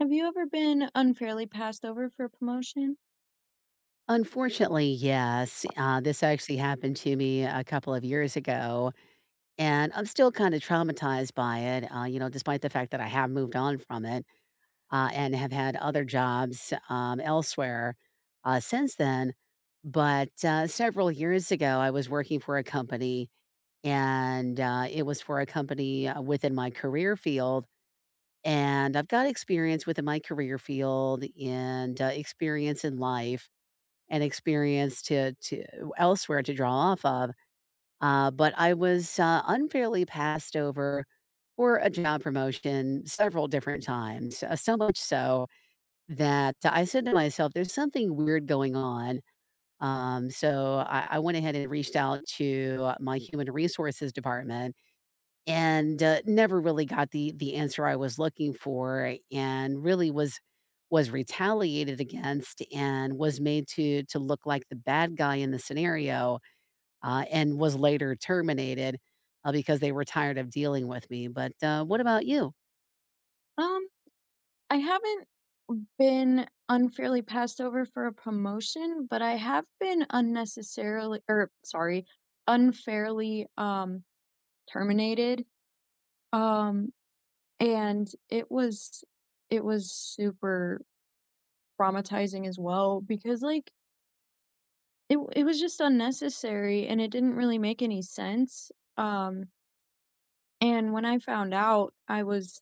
Have you ever been unfairly passed over for a promotion? Unfortunately, yes. This actually happened to me a couple of years ago, and I'm still kind of traumatized by it, despite the fact that I have moved on from it and have had other jobs elsewhere since then. But several years ago, I was working for a company, and it was for a company within my career field. And I've got experience within my career field and experience in life and experience to elsewhere to draw off of, but I was, unfairly passed over for a job promotion several different times, so much so that I said to myself, "There's something weird going on." So I went ahead and reached out to my human resources department and, never really got the answer I was looking for and really was retaliated against and was made to look like the bad guy in the scenario, and was later terminated, because they were tired of dealing with me, but, what about you? Um, I haven't been unfairly passed over for a promotion, but I have been unnecessarily or sorry, unfairly terminated. Um, and it was super traumatizing as well because it was just unnecessary, and it didn't really make any sense. Um, and when I found out,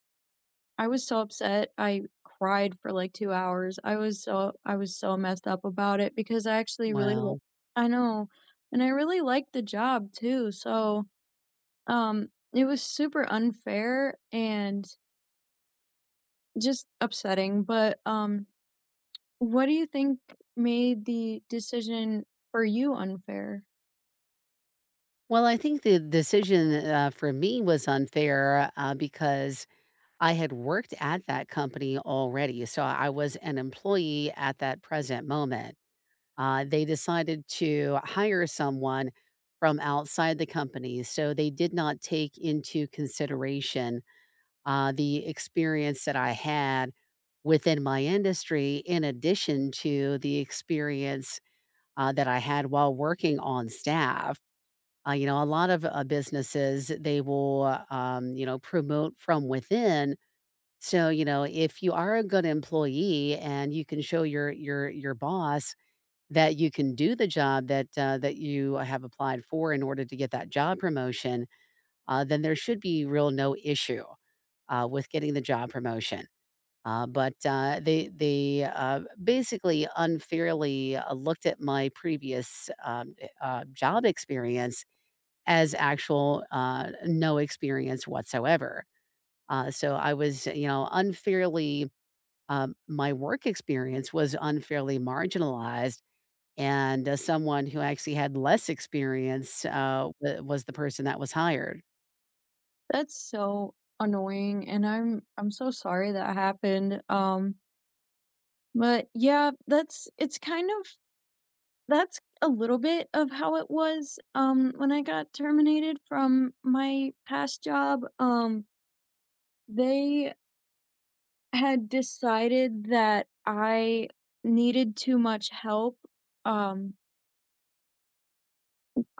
I was so upset. I cried for like 2 hours. I was so messed up about it because I actually really li. Well I know, and I really liked the job too, so, um, it was super unfair and just upsetting, but, what do you think made the decision for you unfair? well, I think the decision, for me was unfair, because I had worked at that company already, so I was an employee at that present moment. They decided to hire someone from outside the company. So they did not take into consideration the experience that I had within my industry, in addition to the experience that I had while working on staff. You know, a lot of businesses, they will, you know, promote from within. So, you know, if you are a good employee and you can show your boss that you can do the job that, that you have applied for in order to get that job promotion, then there should be real no issue, with getting the job promotion. But they basically unfairly looked at my previous job experience as actual no experience whatsoever. So I was, you know, unfairly. My work experience was unfairly marginalized and, someone who actually had less experience, wa was the person that was hired. That's so annoying, and I'm so sorry that happened. But yeah, that's it's kind of that's a little bit of how it was, when I got terminated from my past job. They had decided that I needed too much help, um,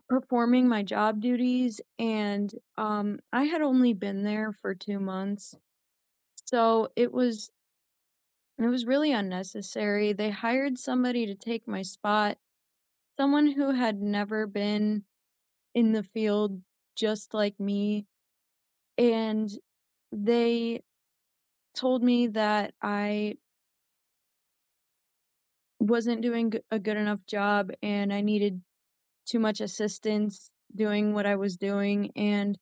performing my job duties, and, I had only been there for 2 months. So it was It was really unnecessary. They hired somebody to take my spot, someone who had never been in the field just like me, and they told me that I wasn't doing g a good enough job and I needed too much assistance doing what I was doing, and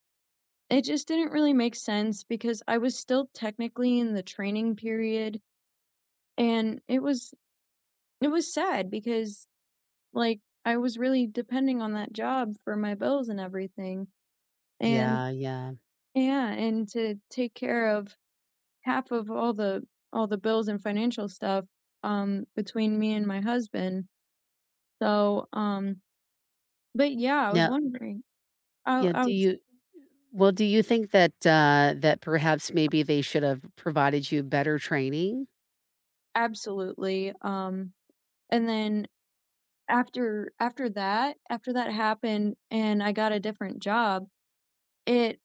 it just didn't really make sense because I was still technically in the training period, and it was sad because like, I was really depending on that job for my bills and everything, and Yeah, yeah. yeah, and to take care of half of all the bills and financial stuff, between me and my husband. So, but yeah, I was Now wondering. Yeah, I do was you well, do you think that, that perhaps maybe they should have provided you better training? Absolutely, and then after that happened and I got a different job, it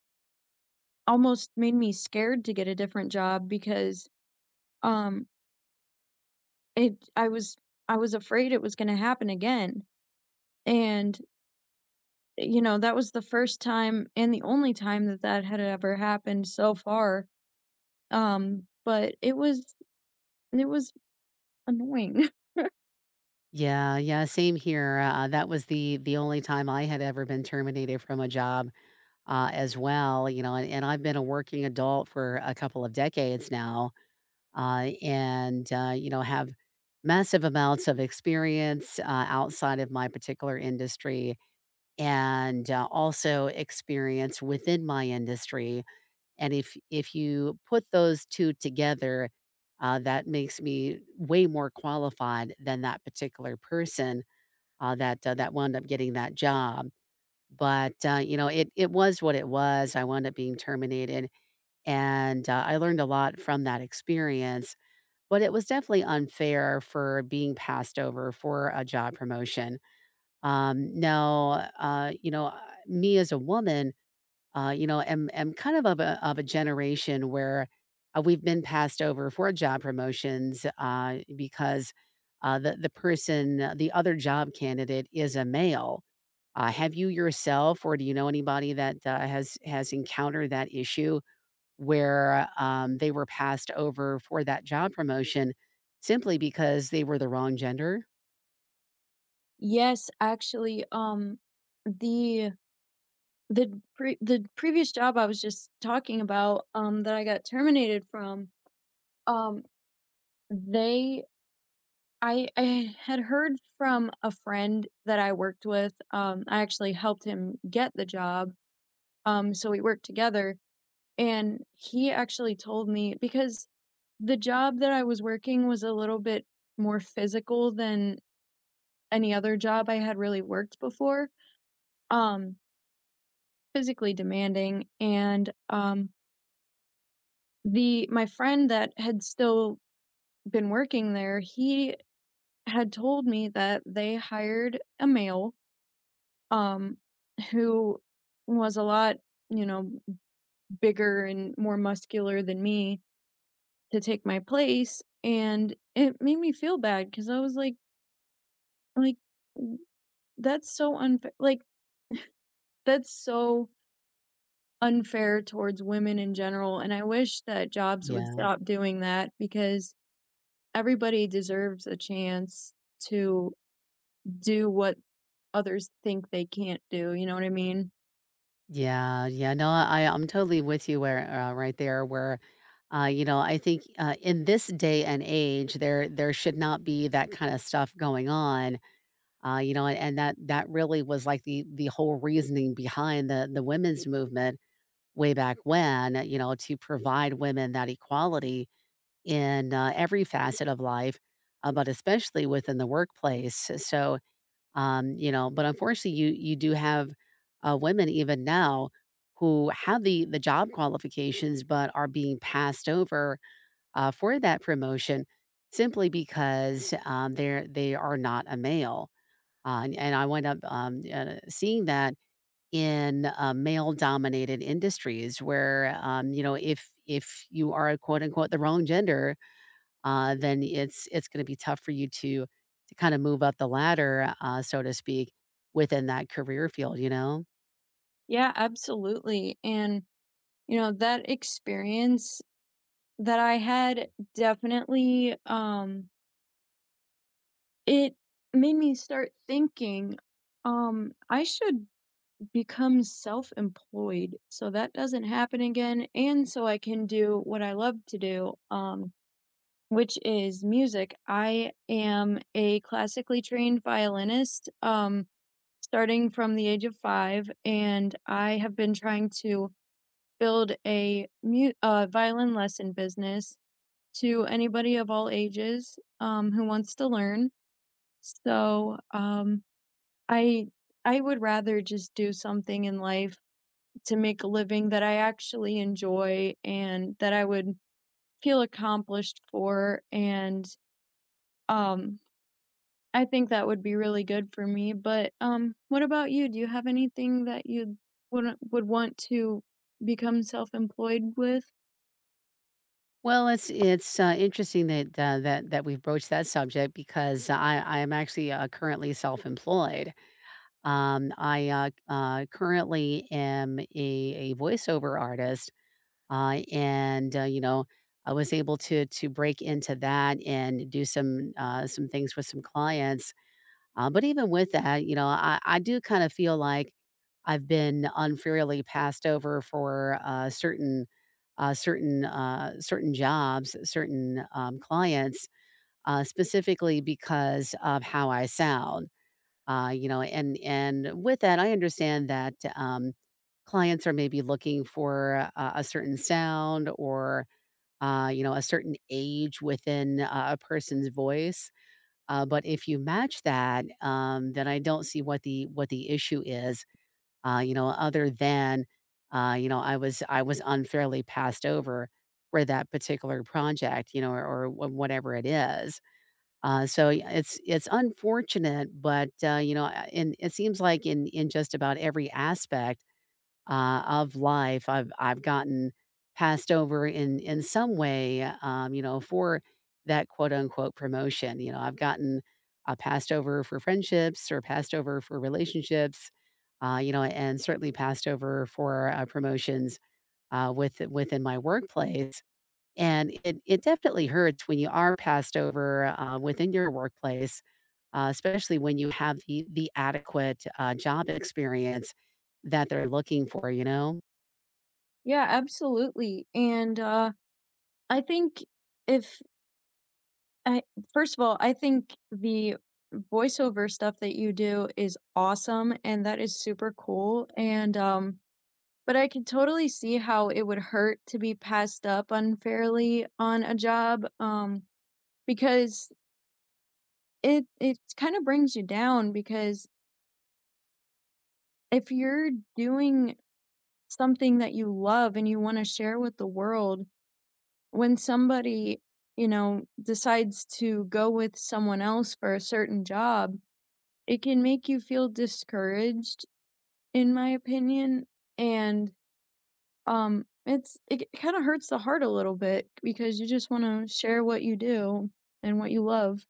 almost made me scared to get a different job because, um, It I was afraid it was gonna happen again, and, you know, that was the first time and the only time that that had ever happened so far, but it was annoying. Yeah, yeah, same here, that was the only time I had ever been terminated from a job, as well, you know, and I've been a working adult for a couple of decades now. And you know, have massive amounts of experience outside of my particular industry and also experience within my industry, and if you put those two together, that makes me way more qualified than that particular person that wound up getting that job. But you know, it was what it was. I wound up being terminated, and I learned a lot from that experience, but it was definitely unfair for being passed over for a job promotion. Now, you know, me as a woman, you know, am kind of of a generation where we've been passed over for job promotions because the person, the other job candidate, is a male. Have you yourself, or do you know anybody that has encountered that issue? Where, they were passed over for that job promotion simply because they were the wrong gender. Yes, actually, the the previous job I was just talking about, that I got terminated from, um, they I had heard from a friend that I worked with. I actually helped him get the job. So we worked together, and he actually told me because the job that I was working was a little bit more physical than any other job I had really worked before. Um, Physically demanding, and the my friend that had still been working there, he had told me that they hired a male, um who was a lot, you know, bigger and more muscular than me to take my place, and it made me feel bad because I was like that's so unfair, that's so unfair towards women in general, and I wish that jobs would Yeah. stop doing that because everybody deserves a chance to do what others think they can't do, you know what I mean? Yeah, no, I'm totally with you where, right there where, you know, I think, in this day and age, there should not be that kinda stuff going on, you know, and that really was, like, the whole reasoning behind the women's movement way back when, you know, to provide women that equality in every facet of life, but especially within the workplace. So, you know, but unfortunately, you do have women even now who have the job qualifications, but are being passed over for that promotion simply because they are not a male. And I wind up seeing that in male dominated industries where, you know, if you are, quote unquote, the wrong gender, then it's going to be tough for you to kind of move up the ladder, so to speak, within that career field, you know? Yeah, absolutely. And you know, that experience that I had definitely It made me start thinking, I should become self-employed so that doesn't happen again, and so I can do what I love to do, which is music. I am a classically trained violinist, starting from the age of 5, and I have been trying to build a mu violin lesson business to anybody of all ages, who wants to learn. So, I I would rather just do something in life to make a living that I actually enjoy and that I would feel accomplished for, and um I think that would be really good for me. But what about you? Do you have anything that you would want to become self-employed with? Well, it's interesting that we've broached that subject because I am actually currently self-employed. I currently am a voiceover artist, and you know, I was able to break into that and do some things with some clients. But even with that, you know, I do kind of feel like I've been unfairly passed over for certain jobs, certain clients, specifically because of how I sound. You know, and with that, I understand that, clients are maybe looking for a certain sound or you know, a certain age within a person's voice, but if you match that, then I don't see what the issue is. You know, other than you know, I was unfairly passed over for that particular project, you know, or whatever it is. So it's unfortunate, but you know, and it seems like in just about every aspect of life, I've gotten passed over in some way, you know, for that, quote unquote, promotion. You know, I've gotten passed over for friendships or passed over for relationships, you know, and certainly passed over for promotions within my workplace. And it definitely hurts when you are passed over, within your workplace, especially when you have the adequate, job experience that they're looking for, you know? Yeah, absolutely. And I think if I first of all, I think the voiceover stuff that you do is awesome, and that is super cool, and, but I can totally see how it would hurt to be passed up unfairly on a job, because it kinda brings you down because if you're doing something that you love and you wanna share with the world, when somebody, you know, decides to go with someone else for a certain job, it can make you feel discouraged, in my opinion, and, it kinda hurts the heart a little bit because you just wanna share what you do and what you love.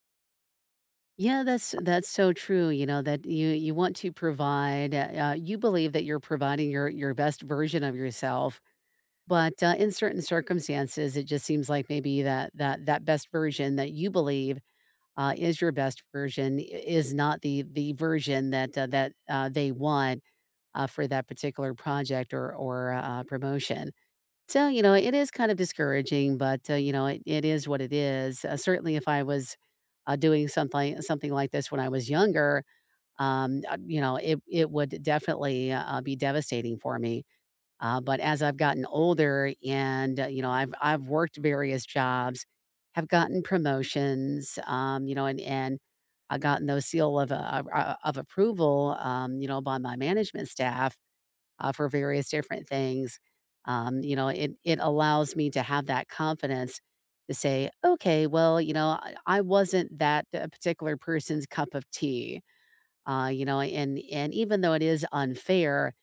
Yeah, that's so true, you know, that you want to provide, you believe that you're providing your best version of yourself, but, in certain circumstances, it just seems like maybe that best version that you believe, is your best version I is not the version that, they want for that particular project or or promotion. So you know, it is kind of discouraging, but you know, it is what it is. Certainly, if I was doing something like this when I was younger, you know, it would definitely be devastating for me. But as I've gotten older, and you know, I've worked various jobs, have gotten promotions, you know, and I gotten those seal of of approval, you know, by my management staff for various different things. You know, it allows me to have that confidence to say, okay, well, you know, I wasn't that particular person's cup of tea. You know, and even though it is unfair,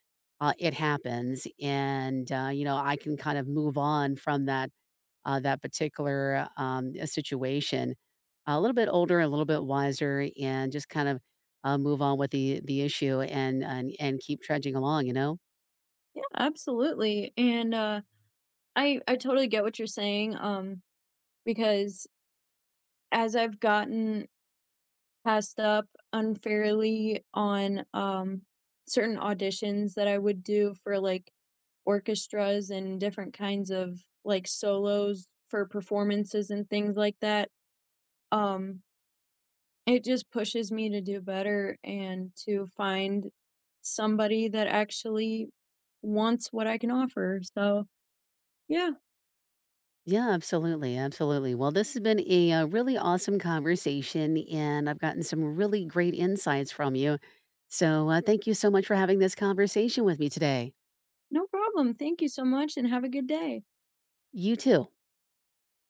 it happens, and you know, I can kind of move on from that that particular situation. A little bit older, a little bit wiser, and just kind of move on with the issue and keep trudging along, you know. Yeah, absolutely, and, I totally get what you're saying, because as I've gotten passed up unfairly on certain auditions that I would do for like orchestras and different kinds of like solos for performances and things like that. Um it just pushes me to do better and to find somebody that actually wants what I can offer. So, yeah, Yeah, absolutely, absolutely. Well, this has been a, really awesome conversation, and I've gotten some really great insights from you. So, thank you so much for having this conversation with me today. no problem. Thank you so much and have a good day. You too.